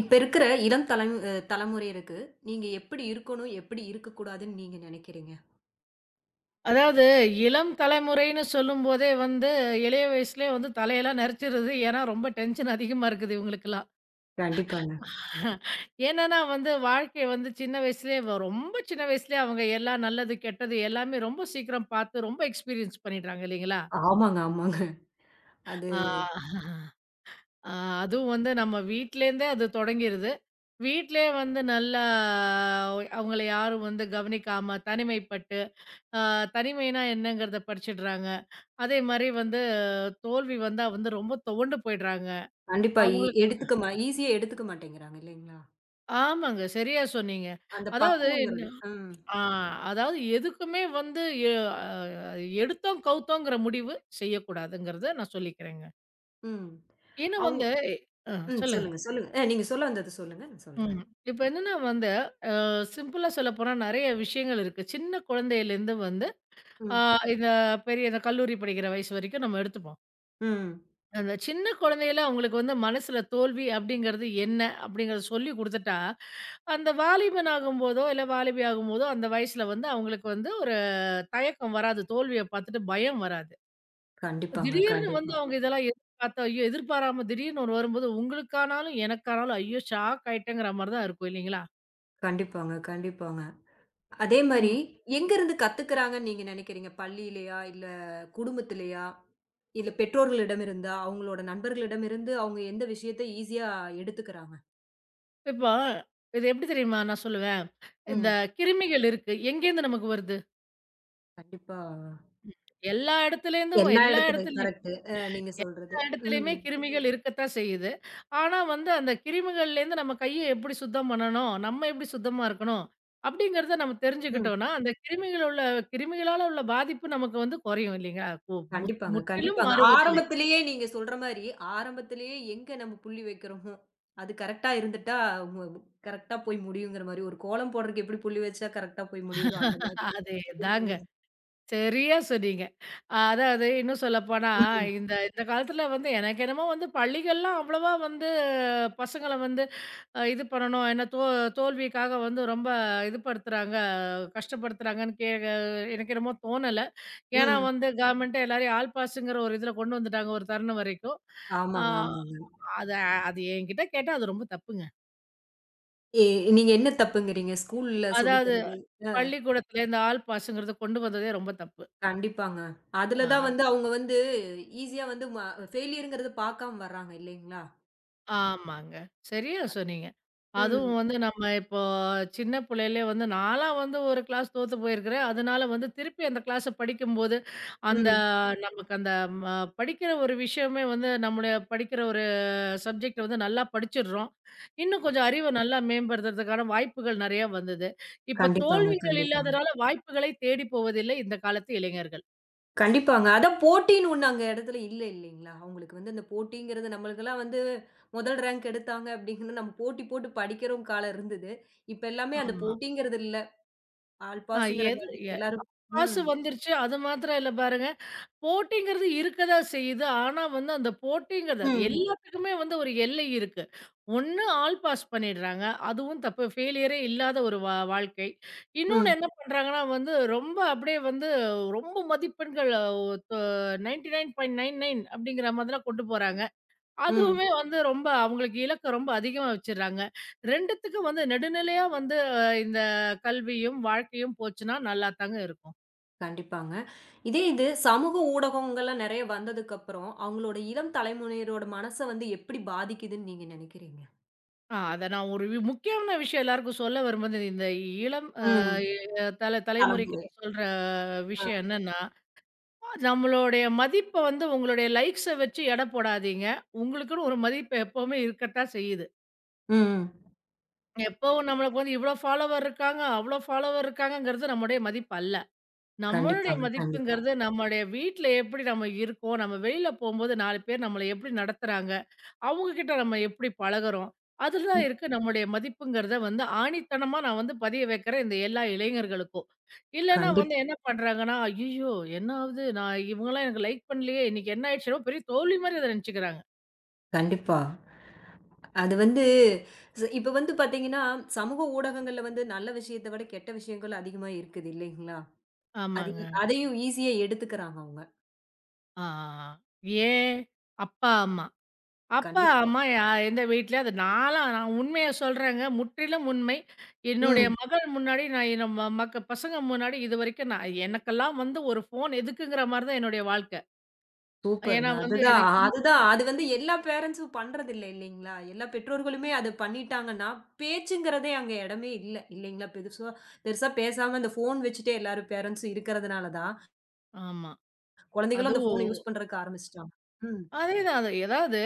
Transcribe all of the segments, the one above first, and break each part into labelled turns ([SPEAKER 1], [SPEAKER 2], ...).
[SPEAKER 1] இப்ப இருக்கிற இளம் தலம் அ தலைமுறை இருக்கு. நீங்க எப்படி இருக்கணும், எப்படி இருக்கக்கூடாதுன்னு நீங்க நெனைக்கிறீங்க?
[SPEAKER 2] அதாவது இளம் தலைமுறைன்னு சொல்லும்போதே வந்து இளைய வயசுலயே வந்து தலையெல்லாம் நெரிச்சிருது. ஏன்னா ரொம்ப டென்ஷன் அதிகமா இருக்குது இவங்களுக்கெல்லாம்.
[SPEAKER 1] கண்டிப்பாங்க.
[SPEAKER 2] என்னன்னா வந்து வாழ்க்கை வந்து சின்ன வயசுலயே ரொம்ப சின்ன வயசுலயே அவங்க எல்லாம் நல்லது, கெட்டது எல்லாமே ரொம்ப சீக்கிரம் பார்த்து ரொம்ப எக்ஸ்பீரியன்ஸ் பண்ணிடுறாங்க இல்லைங்களா?
[SPEAKER 1] ஆமாங்க, ஆமாங்க. அது.
[SPEAKER 2] ஆ ஆ அதுவும் வந்து நம்ம வீட்லேருந்தே அது தொடங்கிருது. வீட்லயே வந்து நல்லா அவங்கள யாரும் வந்து கவனிக்காம தனிமைப்பட்டு, ஆ தனிமைனா என்னங்கிறத படிச்சிடுறாங்க. அதே மாரி வந்து தோல்வி வந்தா வந்து ரொம்ப துவண்டு போயிடுறாங்க.
[SPEAKER 1] கண்டிப்பா, இ
[SPEAKER 2] அவங்களுக்கு
[SPEAKER 1] எடுத்துக்க மா ஈஸியா எடுத்துக்க மாட்டேங்கிறாங்க இல்லைங்களா?
[SPEAKER 2] ஆமாங்க. சரியா சொன்னீங்க.
[SPEAKER 1] அந்த
[SPEAKER 2] அதாவது என்ன,
[SPEAKER 1] பக்குவங்கிறது. ம்,
[SPEAKER 2] ஆ அதாவது எதுக்குமே வந்து எ அ எடுத்தோம், கவுத்தோங்கிற முடிவு செய்யக்கூடாதுங்கிறத நான் சொல்லிக்கிறேங்க.
[SPEAKER 1] ம்.
[SPEAKER 2] இன்னும்
[SPEAKER 1] அவுங்
[SPEAKER 2] வந்து அ
[SPEAKER 1] ம்.
[SPEAKER 2] சொல்லுங்க.
[SPEAKER 1] சொல்லுங்க, சொல்லுங்க. நீங்க சொல்ல வந்தது சொல்லுங்க. நான் சொல்றேன்.
[SPEAKER 2] ம். இப்ப என்னன்னா வந்து சிம்பிளா சொல்லப்போனா நெறைய விஷயங்கள் இருக்கு. சின்ன குழந்தையிலேருந்து வந்து ஆ
[SPEAKER 1] ம்,
[SPEAKER 2] இந்த பெரிய இந்த கல்லூரி படிக்கிற வயசு வரைக்கும் நம்ம எடுத்துப்போம்.
[SPEAKER 1] ம்.
[SPEAKER 2] அந்த சின்ன குழந்தையில அவங்களுக்கு வந்து மனசுல தோல்வி அப்படிங்கிறது என்ன? அப்படிங்கிறத சொல்லிக் குடுத்துட்டா அந்த வாலிபன் ஆகும்போதோ, இல்ல வாலிபி ஆகும்போதோ, அந்த வயசுல வந்து அவங்களுக்கு வந்து ஒரு தயக்கம் வராது. தோல்விய பார்த்துட்டு பயம் வராது.
[SPEAKER 1] கண்டிப்பாங்க,
[SPEAKER 2] திடீர்னு வந்து
[SPEAKER 1] கண்டிப்பா.
[SPEAKER 2] அவங்க இதெல்லாம் எதிர்பார்த்த ஐயோ! எதிர்பாராம திடீர்னு ஒண்ணு வரும்போது, உங்களுக்கானாலும், எனக்கானாலும் ஐயோ! ஷாக் ஆயிட்டேங்கிற மாரி தான் இருக்கும் இல்லைங்களா?
[SPEAKER 1] கண்டிப்பாங்க, கண்டிப்பாங்க. அதே மாரி
[SPEAKER 2] ம்.
[SPEAKER 1] எங்கருந்து கத்துக்கிறாங்கன்னு நீங்க நெனைக்கிறீங்க? பள்ளியிலயா? இல்ல குடும்பத்திலயா? இல்ல பெற்றோர்களிடமிருந்தா? அவங்களோட நண்பர்களிடமிருந்து அவங்க எந்த விஷயத்த ஈஸியா எடுத்துக்கிறாங்க?
[SPEAKER 2] இப்போ இது எப்படி தெரியுமா நான் சொல்லுவேன்? இந்த
[SPEAKER 1] ம்.
[SPEAKER 2] கிருமிகள் இருக்கு. எங்கேருந்து நமக்கு வருது?
[SPEAKER 1] கண்டிப்பா.
[SPEAKER 2] எல்லா இடத்துலேருந்தும்,
[SPEAKER 1] எல்லா
[SPEAKER 2] எல்லா
[SPEAKER 1] இடத்துலயும்
[SPEAKER 2] இடத்துல,
[SPEAKER 1] கரெக்ட்டு. நீங்க சொல்றது.
[SPEAKER 2] எல்லா இடத்துலயுமே
[SPEAKER 1] ம்.
[SPEAKER 2] கிருமிகள் இருக்கத்தான் செய்யுது. ஆனா வந்து அந்த கிருமிகள்லேருந்து நம்ம கைய எப்படி சுத்தம் பண்ணணும்? நம்ம எப்படி சுத்தமா இருக்கணும்? அப்படிங்கிறத நம்ம
[SPEAKER 1] ம்.
[SPEAKER 2] தெரிஞ்சுக்கிட்டோம்னா, அந்த கிருமிகள் உள்ள கிருமிகளால உள்ள பாதிப்பு நமக்கு வந்து குறையும் இல்லைங்களா? கு முத்
[SPEAKER 1] கண்டிப்பாங்க,
[SPEAKER 2] முற்றிலும்
[SPEAKER 1] கண்டிப்பாங்க.
[SPEAKER 2] மாறுவதில்லை.
[SPEAKER 1] ஆரம்பத்திலேயே நீங்க சொல்ற மாரி, ஆரம்பத்திலேயே எங்க நம்ம புள்ளி வைக்கிறோமோ, அது கரெக்ட்டா இருந்துட்டா, மு கரெக்ட்டா போய் முடியுங்கிற மாரி, ஒரு கோலம் போடுறதுக்கு எப்படி புள்ளி வச்சா கரெக்ட்டா போய் முடியுதோ, அந்த மாரி.
[SPEAKER 2] அதேதாங்க.
[SPEAKER 1] இல்லைங்களா?
[SPEAKER 2] சரியா சொன்னீங்க. அதாவது இன்னும் சொல்லப்போனா,
[SPEAKER 1] ம்.
[SPEAKER 2] இந்த இந்த காலத்துல வந்து எனக்கு என்னமோ வந்து பள்ளிகள்லாம் அவ்வளவா வந்து பசங்கள வந்து இது பண்ணணும். என்ன தோல்விக்காக வந்து ரொம்ப இது படுத்துறாங்க, கஷ்டப்படுத்துறாங்கன்னு எனக்கு என்னமோ தோணல. ஏன்னா
[SPEAKER 1] ம்.
[SPEAKER 2] வந்து கவர்மெண்ட்டே எல்லாரையும் ஆல் பாஸ்ங்கிற ஒரு இதுல கொண்டு வந்துட்டாங்க ஒரு தருணம் வரைக்கும். ஆ
[SPEAKER 1] ஆமாங்க, ஆமாங்க.
[SPEAKER 2] அது அது என்கிட்ட கேட்டா அது ரொம்ப தப்புங்க.
[SPEAKER 1] எ நீங்க என்ன தப்புங்கிறீங்க? ஸ்கூல்ல சொல்லி
[SPEAKER 2] அதாவது
[SPEAKER 1] தர்றது?
[SPEAKER 2] பள்ளிக்கூடத்துல இந்த ஆல் பாஸ்ங்கிறது கொண்டு வந்ததே ரொம்ப தப்பு.
[SPEAKER 1] கண்டிப்பாங்க. அதுல தான்
[SPEAKER 2] ஆ.
[SPEAKER 1] வந்து அவங்க வந்து ஈஸியா வந்து ஃபெயிலியர்ங்கிறத பார்க்காம வர்றாங்க இல்லைங்களா?
[SPEAKER 2] ஆமாங்க. சரியா சொன்னீங்க.
[SPEAKER 1] ம்,
[SPEAKER 2] அதுவும் வந்து நம்ம இப்போ சின்ன பிள்ளையிலே வந்து நான்லாம் வந்து ஒரு கிளாஸ் தோத்து போயிருக்கிறேன். அதனால வந்து திருப்பி அந்த கிளாஸ படிக்கும்போது, அந்த
[SPEAKER 1] ம்.
[SPEAKER 2] நமக்கு அந்த ம படிக்கிற ஒரு விஷயமே வந்து நம்முடைய படிக்கிற ஒரு சப்ஜெக்ட் வந்து நல்லா படிச்சிடுறோம். இன்னும் கொஞ்சம் அறிவ நல்லா மேம்படுத்துறதுக்கான வாய்ப்புகள் நெறையா வந்தது. இப்ப
[SPEAKER 1] கண்டிப்பாங்க,
[SPEAKER 2] தோல்விகள்
[SPEAKER 1] கண்டிப்பாங்க.
[SPEAKER 2] இல்லாதனால வாய்ப்புகளை தேடி போவதில்லை இந்த காலத்து இளைஞர்கள்.
[SPEAKER 1] கண்டிப்பாங்க. அதான் போட்டின்னு ஒண்ணு அங்க இடத்துல இல்ல இல்லைங்களா? அவங்களுக்கு வந்து அந்த போட்டிங்கிறது நம்மளுக்கெல்லாம் வந்து முதல் ரேங்க் எடுத்தாங்க அப்படிங்கிறது நம்ம போட்டி போட்டு படிக்கிறோம் காலம் இருந்தது. இப்ப எல்லாமே அந்த
[SPEAKER 2] ஆமா.
[SPEAKER 1] போட்டிங்கிறது இல்ல. ஆல்
[SPEAKER 2] அ எது
[SPEAKER 1] பாஸ்ங்கிறங்காட்டி
[SPEAKER 2] எ
[SPEAKER 1] எல்லாரும் ம்.
[SPEAKER 2] காசு வந்துருச்சு. அது மாத்திரம் இல்ல பாருங்க. போட்டிங்கிறது இருக்கதான் செய்யுது. ஆனா வந்து அந்த போட்டிங்கிறது அது
[SPEAKER 1] ம்,
[SPEAKER 2] எல்லாத்துக்குமே வந்து ஒரு எல்லை இருக்கு. ஒண்ணு ஆல் பாஸ் பண்ணிடுறாங்க. அதுவும் தப்பு. ஃபெயிலியரே இல்லாத ஒரு வாழ்க்கை. இன்னொன்னு
[SPEAKER 1] ம்,
[SPEAKER 2] என்ன பண்றாங்கன்னா வந்து ரொம்ப அப்படியே வந்து ரொம்ப மதிப்பெண்கள் அ தொ 99.99 அப்படிங்கிற மாதிரிலாம் கொண்டு போறாங்க.
[SPEAKER 1] ம்.
[SPEAKER 2] அதுவுமே வந்து ரொம்ப அவங்களுக்கு இலக்க ரொம்ப அதிகமா வச்சுடுறாங்க. 2த்துக்கும் வந்து நெடுநிலையா வந்து இந்த கல்வியும், வாழ்க்கையும் போச்சுன்னா நல்லா தாங்க இருக்கும்.
[SPEAKER 1] கண்டிப்பாங்க. இதே இது சமூக ஊடகங்கள்ல நெறைய வந்ததுக்கப்புறம், அவங்களோட இளம் தலைமுறையினரோட மனச வந்து எப்படி பாதிக்குதுன்னு நீங்க நெனைக்கிறீங்க?
[SPEAKER 2] அத நான் ஒரு முக்கியமான விஷயம் எல்லாருக்கும் சொல்ல வரும்போது, இந்த இளம் அ
[SPEAKER 1] ம்.
[SPEAKER 2] அ தல தலைமுறைக்கு
[SPEAKER 1] தலைமுறை.
[SPEAKER 2] நான் சொல்ற
[SPEAKER 1] ஆ.
[SPEAKER 2] விஷயம் என்னன்னா, நம்மளுடைய மதிப்ப வந்து உங்களுடைய லைக்ஸ வச்சு எடை போடாதீங்க. உங்களுக்குன்னு ஒரு மதிப்பு எப்பவுமே இருக்கத்தான் செய்யுது.
[SPEAKER 1] ம்.
[SPEAKER 2] எப்பவும் நம்மளுக்கு வந்து இவ்ளோ ஃபாலோவர் இருக்காங்க, அவ்ளோ ஃபாலோவர் இருக்காங்கங்கிறது நம்முடைய மதிப்பு அல்ல. நம்மளுடைய
[SPEAKER 1] கண்டிப்பாங்க. கண்டிப்பா.
[SPEAKER 2] மதிப்புங்கிறது நம்முடைய வீட்ல எப்படி நம்ம இருக்கோம், நம்ம வெளியில போம்போது 4 பேர் நம்மள எப்படி நடத்துறாங்க? அவங்க கிட்ட நம்ம எப்படி பழகுறோம், அதுல தான் இருக்கு நம்முடைய மதிப்புங்கிறத வந்து ஆணித்தனமா நான் வந்து பதிய வைக்கிறேன் இந்த எல்லா இளைஞர்களுக்கும். இல்லன்னா
[SPEAKER 1] கண்டிப்
[SPEAKER 2] வந்து என்ன பண்றாங்கன்னா, "ஐய்யய்யோ! என்ன ஆவுது? நான் இவங்கலாம் எனக்கு லைக் பண்ணலையே! இன்னைக்கு என்ன ஆயிடுச்சு?" என்னமோ பெரிய தோல்வி மாரி அத நெனச்சுக்கிறாங்க.
[SPEAKER 1] கண்டிப்பா. அது வந்து இப்ப வந்து பாத்தீங்கன்னா, சமூக ஊடகங்கள்ல வந்து நல்ல விஷயத்த விட கெட்ட விஷயங்கள் அதிகமா இருக்குது இல்லைங்களா? அது
[SPEAKER 2] ஆமாங்க.
[SPEAKER 1] அதையும் ஈஸியா எடுத்துக்கிறாங்க அவங்க.
[SPEAKER 2] ஆ, ஆ. ஏன்? அப்பா, அம்மா. அப்பா,
[SPEAKER 1] கண்டிப்பா.
[SPEAKER 2] அம்மா யா எந்த வீட்ல அது நான்லாம் நான் உண்மைய சொல்றேங்க. முற்றிலும் உண்மை. என்னுடைய
[SPEAKER 1] ம்.
[SPEAKER 2] மகள் முன்னாடி நான் என் ம மக்க பசங்க முன்னாடி இதுவரைக்கும் நான் எனக்கெல்லாம் வந்து ஒரு ஃபோன் எதுக்குங்கிற மாரி தான் என்னுடைய வாழ்க்கை. ஏன்னா
[SPEAKER 1] சூப்பருங்க.
[SPEAKER 2] வந்து
[SPEAKER 1] அதுதான்,
[SPEAKER 2] எனக்கு
[SPEAKER 1] அதுதான். அது வந்து எல்லா பேரண்ட்ஸும் பண்றதில்ல இல்லைங்களா? எல்லா பெற்றோர்களுமே அத பண்ணிட்டாங்கன்னா, பேச்சுங்கிறதே அங்க இடமே இல்ல. இல்லைங்களா? பெருசா பெருசா பேசாம இந்த ஃபோன் வச்சுட்டே எல்லாரும் பேரண்ட்ஸும் இருக்கிறதுனால தான்,
[SPEAKER 2] ஆமா.
[SPEAKER 1] குழந்தைகளும் அந்த ஃபோன
[SPEAKER 2] அதுவும்
[SPEAKER 1] யூஸ் பண்றதுக்கு ஆரம்பிச்சுட்டாங்க. ம்.
[SPEAKER 2] அதேதான். அது ஏதாவது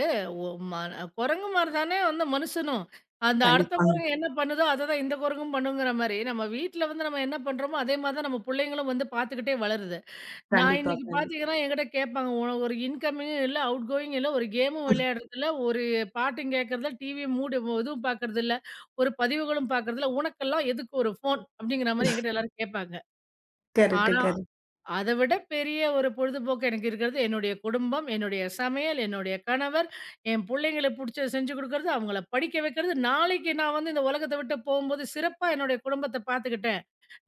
[SPEAKER 2] ஒ மன குரங்கு மாரி தானே வந்து மனுஷனும். அந்த அடுத்த
[SPEAKER 1] கண்டிப்பாங்க.
[SPEAKER 2] குரங்கு என்ன பண்ணுதோ, அததான் இந்த குரங்கும் பண்ணுங்கிற மாரி, நம்ம வீட்ல வந்து நம்ம என்ன பண்றோமோ, அதே மாரி தான் நம்ம புள்ளைங்களும் வந்து பார்த்துக்கிட்டே வளருது. நான்
[SPEAKER 1] கண்டிப்பா,
[SPEAKER 2] இன்னைக்கு
[SPEAKER 1] கண்டிப்பா.
[SPEAKER 2] பார்த்தீங்கன்னா, என்கிட்ட கேட்பாங்க, "உனக்கு ஒரு இன்கமிங்கும் இல்ல, அவுட் கோயிங்கும் இல்ல, ஒரு கேமும் விளையாடுறதில்ல, ஒரு பாட்டும் கேட்கறதில்ல, டிவிய மூடி இதுவும் பார்க்கறதில்ல, ஒரு பதிவுகளும் பார்க்கறதில்ல. உனக்கெல்லாம் எதுக்கு ஒரு ஃபோன்?" அப்படிங்கிற மாரி என்கிட்ட எல்லாரும் கேட்பாங்க.
[SPEAKER 1] கரெக்ட்டு,
[SPEAKER 2] ஆனா
[SPEAKER 1] கரெக்ட்.
[SPEAKER 2] அத விட பெரிய ஒரு பொழுதுபோக்கு எனக்கு இருக்கிறது என்னுடைய குடும்பம், என்னுடைய சமையல், என்னுடைய கணவர், என் புள்ளைங்களுக்கு புடிச்சத செஞ்சு குடுக்குறது, அவங்கள படிக்க வைக்கிறது. நாளைக்கு நான் வந்து இந்த உலகத்த விட்டு போம்போது, சிறப்பா என்னுடைய குடும்பத்த பார்த்துக்கிட்டேன்.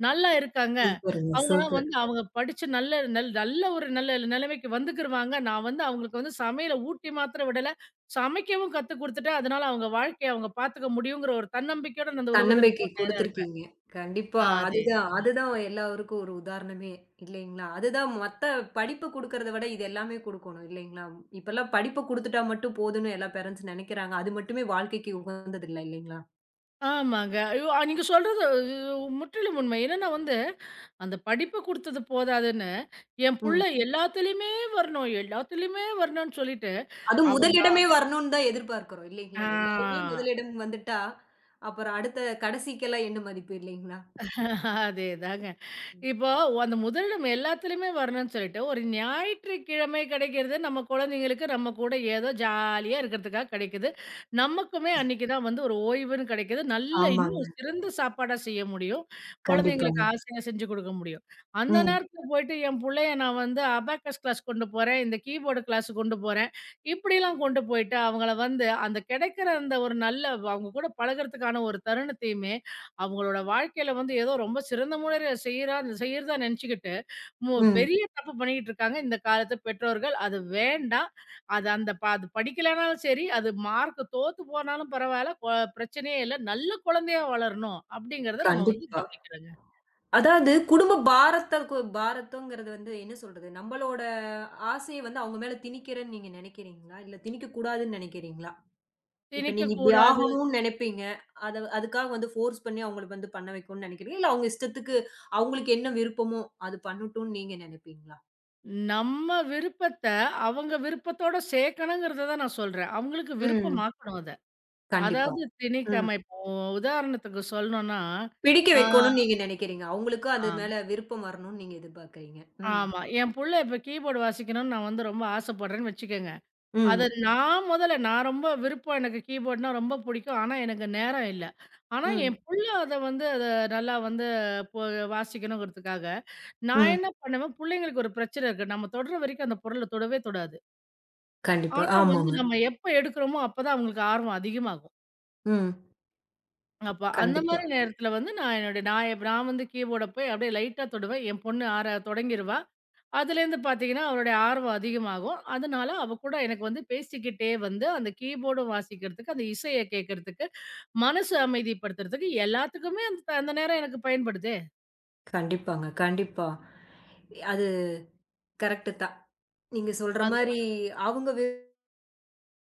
[SPEAKER 2] நல்லா இருக்காங்க.
[SPEAKER 1] சூப்பருங்க,
[SPEAKER 2] அவங்கலாம்
[SPEAKER 1] சூப்பர்.
[SPEAKER 2] வந்து அவங்க படிச்சு நல்ல ஒரு நல்ல நிலைமைக்கு வந்துக்கிருவாங்க. நான் வந்து அவங்களுக்கு வந்து சமையல ஊட்டி மாத்திரம் விடல. சமைக்கவும் கத்துக் குடுத்துட்டேன். அதனால அவங்க வாழ்க்கைய அவங்க பார்த்துக்க முடியுங்கிற ஒரு தன்னம்பிக்கையோட நான் அந்த உலகத்துக்கு
[SPEAKER 1] தன்னம்பிக்கை
[SPEAKER 2] போக தயாரா இருப்பேன்.
[SPEAKER 1] குடுத்திருக்கீங்க. கண்டிப்பா.
[SPEAKER 2] அதே.
[SPEAKER 1] அதுதான் அதுதான் எல்லாருக்கும் ஒரு உதாரணமே இல்லைங்களா? அதுதான் மத்த படிப்பு குடுக்கறத விட இது எல்லாமே குடுக்கணும் இல்லைங்களா? இப்பல்லாம் படிப்ப குடுத்துட்டா மட்டும் போதும்னு எல்லா பேரண்ட்ஸ் நெனைக்கிறாங்க. அது மட்டுமே வாழ்க்கைக்கு உகந்தது இல்ல இல்லைங்களா?
[SPEAKER 2] ஆமாங்க. ஐயோ! அ, நீங்க சொல்றது ஐயோ, முற்றிலும் உண்மை. என்னன்னா வந்து, அந்த படிப்பு குடுத்தது போதாதுன்னு, என் புள்ள
[SPEAKER 1] ம்.
[SPEAKER 2] எல்லாத்துலயுமே வரணும், எல்லாத்துலயுமே வரணும்னு சொல்லிட்டு,
[SPEAKER 1] அதுவும்
[SPEAKER 2] அவங்க
[SPEAKER 1] முதலிடமே வரணும்னு தான் எதிர்பார்க்கிறோம் இல்லைங்களா? எல்லாருமே
[SPEAKER 2] ஆ
[SPEAKER 1] முதலிடம் வந்துட்டா, அப்புறம் அடுத்த கடைசிக்கெல்லாம் என்ன மதிப்பு இல்லைங்களா?
[SPEAKER 2] அதேதாங்க. இப்போ அந்த முதலிடம் எல்லாத்துலயுமே வரணும்னு சொல்லிட்டு, ஒரு ஞாயிற்றுக்கிழமை கிடைக்கிறது நம்ம குழந்தைங்களுக்கு நம்ம கூட ஏதோ ஜாலியா இருக்கிறதுக்காக கிடைக்குது. நமக்குமே அன்னைக்கு தான் வந்து ஒரு ஓய்வுன்னு கிடைக்குது. நல்ல
[SPEAKER 1] ஆமாங்க.
[SPEAKER 2] இன்னும் சிறந்த சாப்பாடா செய்ய முடியும். குழந்தைங்களுக்கு
[SPEAKER 1] கண்டிப்பாங்க.
[SPEAKER 2] ஆசையா செஞ்சு கொடுக்க முடியும். அந்த
[SPEAKER 1] ம்.
[SPEAKER 2] நேரத்துல போயிட்டு என் புள்ளைய நான் வந்து அபாக்கஸ் கிளாஸ் கொண்டு போறேன், இந்த கீபோர்டு கிளாஸ் கொண்டு போறேன். இப்படிலாம் கொண்டு போயிட்டு அவங்கள வந்து அந்த கிடைக்கிற அந்த ஒரு நல்ல அவங்க கூட பழகுறதுக்கான ஒரு தருணத்தையுமே அவங்களோட வாழ்க்கையில வந்து ஏதோ ரொம்ப சிறந்த முறையில செய்யறதா நினைச்சுக்கிட்டு,
[SPEAKER 1] ம்.
[SPEAKER 2] பெரிய தப்பு பண்ணிக்கிட்டு இருக்காங்க இந்த காலத்து பெற்றோர்கள். அது வேண்டாம். அது அந்த ப அது படிக்கலனாலும் சரி, அது மார்க் தோத்து போனாலும் பரவால்ல, பிரச்சனையே இல்ல. நல்ல குழந்தையா வளரணும் அப்படிங்கிறத நம்ம வந்து
[SPEAKER 1] கண்டிப்பா.
[SPEAKER 2] கவனிக்கிறோங்க.
[SPEAKER 1] அதாவது குடும்ப பாரத்த பாரத்தங்கிறது வந்து என்ன சொல்றது? நம்மளோட ஆசைய வந்து அவங்க மேல திணிக்கிறேன்னு நீங்க நெனைக்கிறீங்களா? இல்ல திணிக்கக்கூடாதுன்னு நெனைக்கிறீங்களா? இப்ப நீங்க
[SPEAKER 2] திணிக்கக்
[SPEAKER 1] இப்படி
[SPEAKER 2] கூடாது.
[SPEAKER 1] ஆகணும்னு நெனைப்பீங்க. அத அதுக்காக வந்து ஃபோர்ஸ் பண்ணி அவங்களுக்கு வந்து பண்ண வைக்கணும்னு நெனைக்கிறீங்களா? இல்ல அவங்க இஷ்டத்துக்கு அவங்களுக்கு என்ன விருப்பமோ அது பண்ணட்டும்னு நீங்க நெனைப்பீங்களா?
[SPEAKER 2] நம்ம விருப்பத்த அவங்க விருப்பத்தோட சேர்க்கணுங்கிறத தான் நான் சொல்றேன். அவங்களுக்கு
[SPEAKER 1] ம்.
[SPEAKER 2] விருப்பமாக்கணும் அத.
[SPEAKER 1] கண்டிப்பா.
[SPEAKER 2] அதாவது
[SPEAKER 1] ம்.
[SPEAKER 2] திணிக்காம இப்போ உதாரணத்துக்கு சொல்லணும்னா,
[SPEAKER 1] பிடிக்க
[SPEAKER 2] ஆ,
[SPEAKER 1] வைக்கணும்னு நீங்க நெனைக்கிறீங்க. அவங்களுக்கும் அது
[SPEAKER 2] ஆ.
[SPEAKER 1] மேல விருப்பம் வரணும்னு நீங்க எதிர்பார்க்கிறீங்க. ம்.
[SPEAKER 2] ஆமா. என் புள்ள இப்ப கீபோர்டு வாசிக்கணும்னு நான் வந்து ரொம்ப ஆசைப்படுறேன்னு வச்சுக்கங்க. அது
[SPEAKER 1] ம்.
[SPEAKER 2] நான் முதல்ல நான் ரொம்ப விருப்பம் எனக்கு கீபோர்ட்னா ரொம்ப பிடிக்கும். ஆனா, எனக்கு நேரம் இல்ல. ஆனா, என்
[SPEAKER 1] ம்.
[SPEAKER 2] புள்ள அத வந்து அத நல்லா வந்து இப்போ வாசிக்கணுங்கிறதுக்காக, நான்
[SPEAKER 1] ம்.
[SPEAKER 2] என்ன பண்ணுவேன், புள்ளைங்களுக்கு ஒரு பிரச்சனை இருக்கு. நம்ம தொடுற வரைக்கும் அந்த பொருள தொடவே தொடாது.
[SPEAKER 1] கண்டிப்பா.
[SPEAKER 2] ஆனா வந்து
[SPEAKER 1] ஆமாங்க.
[SPEAKER 2] நம்ம எப்ப எடுக்கிறோமோ அப்பதான் அவங்களுக்கு ஆர்வம் அதிகமாகும்.
[SPEAKER 1] ம்.
[SPEAKER 2] அப்ப அந்த
[SPEAKER 1] கண்டிப்பா.
[SPEAKER 2] மாரி நேரத்தில வந்து நான் என்னுடைய நான் எப்ப- நான் வந்து கீபோர்ட போய் அப்படியே லைட்டா தொடுவேன். என் பொண்ணு ஆற தொடங்கிருவா. அதுலேருந்து பார்த்தீங்கன்னா, அவளுடைய ஆர்வம் அதிகமாகும். அதனால அவ கூட எனக்கு வந்து பேசிக்கிட்டே வந்து அந்த கீபோர்டும் வாசிக்கிறதுக்கு, அந்த இசைய கேட்கறதுக்கு, மனசு அமைதிப்படுத்துறதுக்கு எல்லாத்துக்குமே அந்த நேரம் எனக்கு பயன்படுதே.
[SPEAKER 1] கண்டிப்பாங்க, கண்டிப்பா. அது கரெக்ட்டு தான். நீங்க சொல்ற
[SPEAKER 2] அது.
[SPEAKER 1] மாரி அவங்க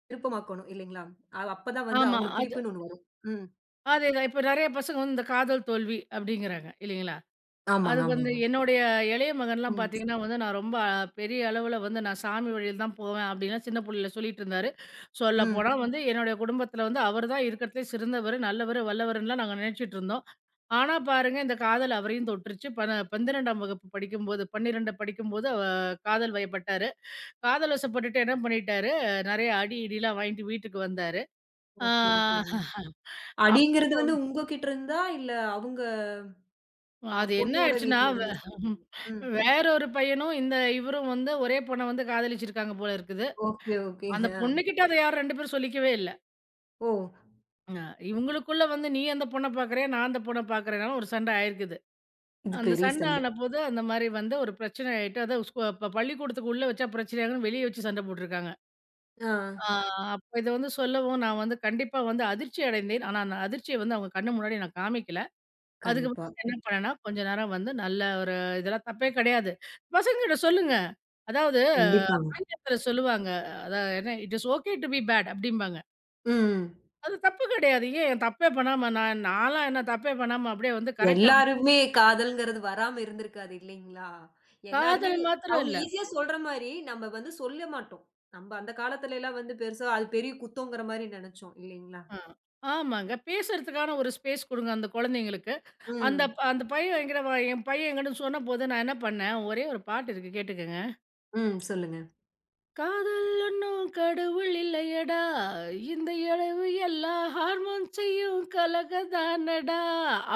[SPEAKER 1] விருப்பமாக்கணும் இல்லைங்களா? அப்பதான் வந்து
[SPEAKER 2] ஆமா.
[SPEAKER 1] அவங்களுக்கு
[SPEAKER 2] அது
[SPEAKER 1] பிடிப்புன்னு ஒண்ணு வரும். ம்.
[SPEAKER 2] அதேதான். இப்ப நெறைய பசங்க வந்து இந்த காதல் தோல்வி அப்படிங்கிறாங்க இல்லைங்களா?
[SPEAKER 1] ஆமாங்க,
[SPEAKER 2] அது வந்து
[SPEAKER 1] ஆமாங்க.
[SPEAKER 2] என்னுடைய இளைய மகன்லாம்
[SPEAKER 1] ம்,
[SPEAKER 2] பார்த்தீங்கன்னா வந்து, நான் ரொம்ப பெரிய அளவுல வந்து நான் சாமி வழியில தான் போவேன் அப்படின்லாம் சின்ன புள்ளையில சொல்லிட்டு இருந்தாரு.
[SPEAKER 1] ம்.
[SPEAKER 2] சொல்லப்போனா வந்து என்னுடைய குடும்பத்தில வந்து அவர் தான் இருக்கிறதுலே சிறந்தவரு, நல்லவரு, வல்லவருன்னுலாம் நாங்க நினைச்சுட்டு இருந்தோம். ஆனா பாருங்க இந்த காதல் அவரையும் தொட்டுருச்சு. 12ஆம் வகுப்பு படிக்கும்போது, 12 படிக்கும்போது காதல் வயப்பட்டாரு. காதல் வசப்பட்டுட்டு என்ன பண்ணிட்டாரு, நெறைய அடி, இடிலாம் வாங்கிட்டு வீட்டுக்கு வந்தாரு.
[SPEAKER 1] ஓகே, ஓகேங்க.
[SPEAKER 2] ஆ
[SPEAKER 1] அடிங்கிறது வந்து உங்ககிட்ட இருந்தா, இல்ல அவங்க
[SPEAKER 2] அது என்ன
[SPEAKER 1] பொண்ணோட
[SPEAKER 2] ஆயிடுச்சுன்னா,
[SPEAKER 1] வீட்ல இருந்து. ம்.
[SPEAKER 2] வேற ஒரு பையனும், இந்த இவரும் வந்து ஒரே பொண்ண வந்து காதலிச்சிருக்காங்க போல இருக்குது.
[SPEAKER 1] ஓகே,
[SPEAKER 2] அந்த
[SPEAKER 1] ஓகேங்க.
[SPEAKER 2] பொண்ணுகிட்ட அத யாரும் 2 பேரும் சொல்லிக்கவே இல்ல.
[SPEAKER 1] ஓ!
[SPEAKER 2] அ இவுங்களுக்குள்ள வந்து நீ அந்த பொண்ண பார்க்குறியா? நான் அந்த பொண்ண பார்க்குறேனாலும் ஒரு சண்டை ஆயிருக்குது.
[SPEAKER 1] இது
[SPEAKER 2] அந்த
[SPEAKER 1] பெரிய
[SPEAKER 2] சண்டை
[SPEAKER 1] சண்டை.
[SPEAKER 2] ஆனபோது அந்த மாரி வந்து ஒரு பிரச்சனை ஆயிட்டு, அதான் ஸ்கூ ப பள்ளிக்கூடத்துக்கு உள்ள வச்சா பிரச்சனையாகும்ன்னு வெளிய வச்சு சண்டை போட்டுருக்காங்க.
[SPEAKER 1] ஆ.
[SPEAKER 2] ஆ அப்ப இத வந்து சொல்லவும் நான் வந்து கண்டிப்பா வந்து அதிர்ச்சி அடைந்தேன். ஆனா அந்த அதிர்ச்சிய வந்து அவுங்க கண்ணு முன்னாடி நான் காமிக்கல.
[SPEAKER 1] கண்டிப்பா.
[SPEAKER 2] அதுக்கப்புறம் என்ன பண்ணேன்னா, கொஞ்ச நேரம் வந்து நல்ல ஒரு இதெல்லாம் தப்பே கிடையாது. பசங்ககிட்ட சொல்லுங்க. அதாவது
[SPEAKER 1] கண்டிப்பாங்க.
[SPEAKER 2] ஆங்கிலத்தில சொல்லுவாங்க. அதாவது என்ன "it is okay to be bad" அப்படிம்பாங்க.
[SPEAKER 1] ம்.
[SPEAKER 2] அது தப்பு கிடையாது. ஏன் தப்பே பண்ணாம நான் நான்லாம் என்ன தப்பே பண்ணாம அப்படியே வந்து கரெக்ட்டா வந்து
[SPEAKER 1] எல்லாருமே காதல்ங்கிறது வராம இருந்திருக்காது இல்லைங்களா? எல்லாருமே
[SPEAKER 2] காதல் மாத்திரம்
[SPEAKER 1] அவங்க
[SPEAKER 2] இல்ல.
[SPEAKER 1] ஈஸியா சொல்ற மாரி, நம்ம வந்து சொல்ல மாட்டோம். நம்ம அந்த காலத்துல எல்லாம் வந்து பெருசா அது பெரிய குத்தங்கிற மாரி நெனச்சோம் இல்லைங்களா?
[SPEAKER 2] ஆ. ஆமாங்க. பேசுறதுக்கான ஒரு ஸ்பேஸ் குடுங்க அந்த குழந்தைங்களுக்கு.
[SPEAKER 1] ம்.
[SPEAKER 2] அந்த பையன் என்கிட்ட என் பையன் என்கிட்ட சொன்னபோது நான் என்ன பண்ணேன், ஒரே ஒரு பாட்டு இருக்கு கேட்டுக்கங்க.
[SPEAKER 1] ம். சொல்லுங்க.
[SPEAKER 2] காதல் ஒன்னும் கடவுள் இல்லையடா, இந்த இழவு எல்லா ஹார்மோன் செய்யும் கலகதானடா,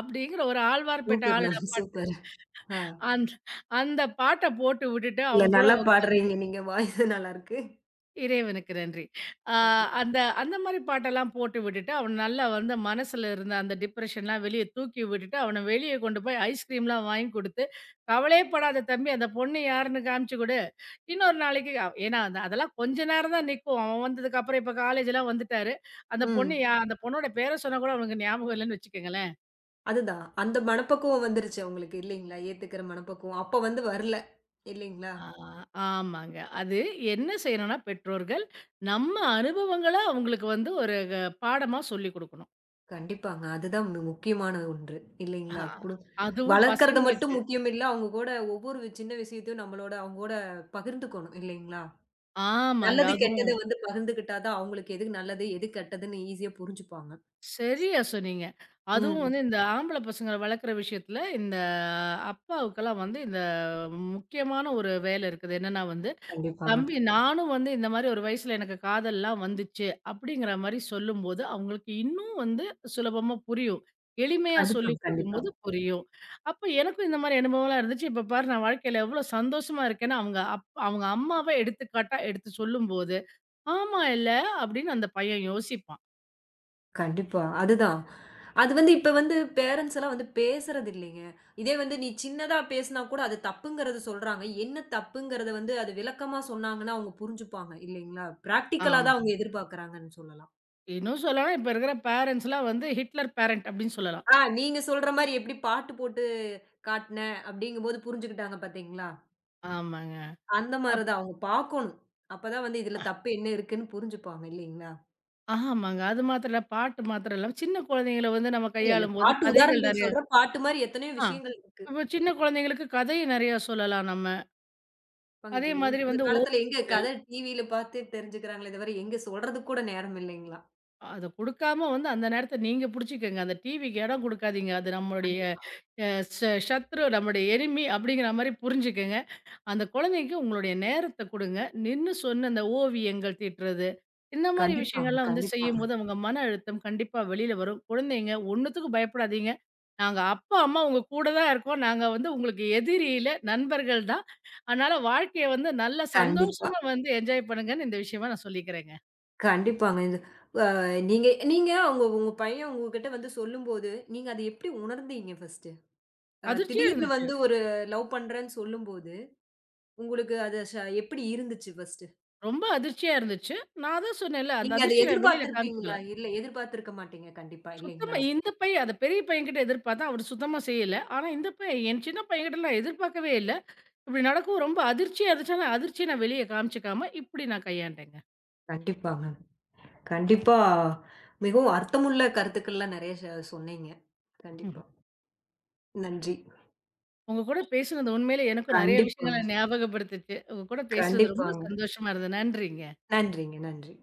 [SPEAKER 2] அப்படிங்கிற ஒரு ஆழ்வார்பேட்டை
[SPEAKER 1] சூப்பர் மேம்.
[SPEAKER 2] ஆளடா பாட்டு.
[SPEAKER 1] சூப்பர். ஆ.
[SPEAKER 2] அந்த அந்த பாட்டை போட்டு விட்டுட்டு
[SPEAKER 1] இல்ல
[SPEAKER 2] அவன் கூட
[SPEAKER 1] நல்லா பாடுறீங்க நீங்க. வாய்ஸு நல்லாருக்கு.
[SPEAKER 2] இறைவனுக்கு நன்றி.
[SPEAKER 1] கண்டிப்
[SPEAKER 2] அந்த அந்த மாதிரி பாட்டெல்லாம் போட்டு விட்டுட்டு அவன் நல்லா வந்து மனசுல இருந்த அந்த டிப்ரெஷன்லாம் வெளியே தூக்கி விட்டுட்டு அவனை வெளியே கொண்டு போய் ஐஸ்கிரீம்லாம் வாங்கி கொடுத்து கவலையே படாத தம்பி அந்த பொண்ணு யாருன்னு காமிச்சு கொடு இன்னொரு நாளைக்கு அவ் ஏன்னா அந்த அதெல்லாம் கொஞ்ச நேரம் தான் நிக்கும். அவன் வந்ததுக்கு அப்புறம் இப்ப காலேஜ்லாம் வந்துட்டாரு. அந்த பொண்ணு
[SPEAKER 1] ம்.
[SPEAKER 2] யா அந்த பொண்ணோட பேர சொன்னா கூட அவனுக்கு ஞாபகம் இல்லன்னு வச்சுக்கங்களேன்.
[SPEAKER 1] அதுதான். அந்த மனப்பக்குவம் வந்துருச்சு உங்களுக்கு இல்லைங்களா? ஏத்துக்கிற மனப்பக்குவம். அப்ப வந்து வரல. இல்லைங்களா?
[SPEAKER 2] ஆ. ஆமாங்க. அது என்ன செய்யணும்னா பெற்றோர்கள், நம்ம அனுபவங்கள அவங்களுக்கு வந்து ஒரு க பாடமா சொல்லிக் குடுக்கணும்.
[SPEAKER 1] கண்டிப்பாங்க. அதுதான் முக்கியமான ஒன்று. இல்லைங்களா?
[SPEAKER 2] ஆ. அதுவும்
[SPEAKER 1] வளர்க்கறது மட்டும்
[SPEAKER 2] பசங்களுக்கு.
[SPEAKER 1] முக்கியம் இல்ல. அவங்க கூட ஒவ்வொரு சின்ன விஷயத்தையும் நம்மளோட அவங்கூட பகிர்ந்துக்கணும் இல்லைங்களா?
[SPEAKER 2] ஆமாங்க.
[SPEAKER 1] நல்லது,
[SPEAKER 2] அதுவும்
[SPEAKER 1] கெட்டது வந்து பகிர்ந்துக்கிட்டா தான் அவங்களுக்கு எது நல்லது, எது கெட்டதுன்னு ஈஸியா புரிஞ்சுப்பாங்க.
[SPEAKER 2] சரியா சொன்னீங்க. அதுவும்
[SPEAKER 1] ம்.
[SPEAKER 2] வந்து இந்த ஆம்பள பசங்கள வளர்க்குற விஷயத்துல இந்த அப்பாவுக்கெல்லாம் வந்து இந்த முக்கியமான ஒரு வேலை இருக்குது. என்னன்னா வந்து
[SPEAKER 1] கண்டிப்பாங்க.
[SPEAKER 2] தம்பி நானும் வந்து இந்த மாரி ஒரு வயசுல எனக்கு காதல்லாம் வந்துச்சு. அப்படிங்கிற மாரி சொல்லும்போது, அவங்களுக்கு இன்னும் வந்து சுலபமா புரியும். எளிமையா
[SPEAKER 1] கண்டிப்பா,
[SPEAKER 2] சொல்லிக்
[SPEAKER 1] கண்டிப்பா.
[SPEAKER 2] குடுக்கும்போது புரியும். அப்ப எனக்கும் இந்த மாரி அனுபவம்லாம் இருந்துச்சு. இப்ப பாரு நான் வாழ்க்கையில எவ்வளோ சந்தோஷமா இருக்கேன்னு அவங்க அம்மாவே எடுத்துக்காட்டா எடுத்து சொல்லும்போது, ஆமா இல்ல அப்படின்னு அந்த பையன் யோசிப்பான்.
[SPEAKER 1] கண்டிப்பா. அதுதான். அது வந்து இப்ப வந்து பேரண்ட்ஸ் எல்லாம் வந்து பேசுறது இல்லைங்க. இதே வந்து நீ சின்னதா பேசினா கூட அது தப்புங்கிறது சொல்றாங்க. என்ன தப்புங்கிறத வந்து அது விளக்கமா சொன்னாங்கன்னா அவங்க புரிஞ்சுப்பாங்க இல்லைங்களா? பிராக்டிகலா
[SPEAKER 2] ஆமா.
[SPEAKER 1] தான் அவங்க எதிர்பார்க்கறாங்கன்னு சொல்லலாம்.
[SPEAKER 2] இன்னும் சொல்லலாம் இப்ப இருக்கிற பேரண்ட்ஸ்லாம் வந்து ஹிட்லர் பேரண்ட் அப்படின்னு சொல்லலாம்.
[SPEAKER 1] ஆ, நீங்க சொல்ற மாரி எப்படி பாட்டு போட்டு காட்டுனேன் அப்படிங்கும்போது புரிஞ்சுக்கிட்டாங்க பாத்தீங்களா?
[SPEAKER 2] ஆமாங்க.
[SPEAKER 1] அந்த மாரி
[SPEAKER 2] அப்
[SPEAKER 1] தான் அவங்க பாக்கணும். அப்பதான் வந்து இதுல தப்பு என்ன இருக்குன்னு புரிஞ்சுப்பாங்க இல்லைங்களா?
[SPEAKER 2] ஆமாங்க. அது மாத்திரம் இல்ல. பாட்டு மாத்திரம் இல்லாம சின்ன குழந்தைங்கள வந்து நம்ம
[SPEAKER 1] இல்ல இல்ல
[SPEAKER 2] கையாளும்போது
[SPEAKER 1] பாட்டு
[SPEAKER 2] கதைகள்
[SPEAKER 1] உதாரணத்துக்கு
[SPEAKER 2] நெறைய.
[SPEAKER 1] சொல்றேன். பாட்டு மாரி எத்தனையோ
[SPEAKER 2] ஆ.
[SPEAKER 1] விஷயங்கள் இருக்கு.
[SPEAKER 2] இப்ப சின்ன குழந்தைங்களுக்கு கதைய நெறையா சொல்லலாம் நம்ம.
[SPEAKER 1] இப்ப இப்ப
[SPEAKER 2] அதே மாதிரி
[SPEAKER 1] இந்த
[SPEAKER 2] வந்து
[SPEAKER 1] காலத்துல எங்க
[SPEAKER 2] ஓவியங்கள்.
[SPEAKER 1] டிவியில பாத்து தெரிஞ்சுக்கிறாங்களே தவிர எங்க சொல்றதுக்கு கூட நேரம் இல்லைங்களா?
[SPEAKER 2] அத குடுக்காம வந்து அந்த நேரத்த நீங்க புடிச்சுக்கங்க. அந்த டிவிக்கு இடம் குடுக்காதீங்க. அது நம்மளுடைய
[SPEAKER 1] கண்டிப்பா.
[SPEAKER 2] அ ச சத்ரு, நம்முடைய எனிமி அப்படிங்கிற மாரி புரிஞ்சுக்கங்க. அந்த குழந்தைக்கு உங்களுடைய நேரத்த குடுங்க. நின்னு சொன்ன அந்த ஓவியங்கள் தீட்டுறது, இந்த மாரி
[SPEAKER 1] கண்டிப்பாங்க,
[SPEAKER 2] விஷயங்கள்லாம் வந்து
[SPEAKER 1] கண்டிப்பாங்க.
[SPEAKER 2] செய்யும்போது அவங்க மன அழுத்தம் கண்டிப்பா வெளில வரும். குழந்தைங்க ஒண்ணுத்துக்கும் பயப்படாதீங்க. நாங்க அப்பா, அம்மா உங்க கூட தான் இருக்கோம். நாங்க வந்து உங்களுக்கு எதிரி இல்ல, நண்பர்கள் தான். அதனால வாழ்க்கைய வந்து நல்லா
[SPEAKER 1] கண்டிப்பா,
[SPEAKER 2] சந்தோஷமா வந்து என்ஜாய் பண்ணுங்கன்னு இந்த விஷயமா நான் சொல்லிக்கிறேங்க.
[SPEAKER 1] கண்டிப்பாங்க. இது அ நீங்க நீங்க உங்க உங்க பையன் உங்ககிட்ட வந்து சொல்லும்போது, நீங்க அத எப்படி உணர்ந்தீங்க ஃபர்ஸ்ட்?
[SPEAKER 2] அதிர்ச்சியா
[SPEAKER 1] திடீர்னு
[SPEAKER 2] இருந்துச்சு.
[SPEAKER 1] வந்து ஒரு லவ் பண்றேன்னு சொல்லும்போது, உங்களுக்கு அது எப்படி இருந்துச்சு ஃபர்ஸ்ட்டு?
[SPEAKER 2] ரொம்ப அதிர்ச்சியா இருந்துச்சு. நான் அதான் சொன்னேன்ல, அந்த
[SPEAKER 1] நீங்க அத
[SPEAKER 2] அதிர்ச்சிய நான் வெளில
[SPEAKER 1] எதிர்பார்த்திருப்பீங்களா?
[SPEAKER 2] காமிச்சுக்கல.
[SPEAKER 1] இல்ல எதிர்பார்த்திருக்க மாட்டீங்க கண்டிப்பா,
[SPEAKER 2] சுத்தமா
[SPEAKER 1] இல்லைங்களா?
[SPEAKER 2] இந்த பையன் அந்த பெரிய பையன்கிட்ட எதிர்பார்த்தேன். அவரு சுத்தமா செய்யல. ஆனா இந்த பையன் என் சின்ன பையன்கிட்ட நான் எதிர்பார்க்கவே இல்ல. இப்டி நடக்கும் ரொம்ப அதிர்ச்சியா இருந்துச்சு. ஆனா அதிர்ச்சிய நான் வெளிய காமிச்சுக்காம, இப்டி நான் கையாண்டேங்க.
[SPEAKER 1] கண்டிப்பாங்க. கண்டிப்பா. மிகவும் அர்த்தமுள்ள கருத்துக்கள்லாம் நெறைய சொன்னீங்க. கண்டிப்பா. நன்றி.
[SPEAKER 2] உங்க கூட பேசுனது உண்மையிலே எனக்கும் நெறைய
[SPEAKER 1] கண்டிப்பாங்க,
[SPEAKER 2] விஷயங்கள ஞாபகப்படுத்துச்சு. உங்க கூட பேசுனது ரொம்ப
[SPEAKER 1] கண்டிப்பாங்க.
[SPEAKER 2] சந்தோஷமா இருந்தது. நன்றிங்க.
[SPEAKER 1] நன்றிங்க, நன்றி.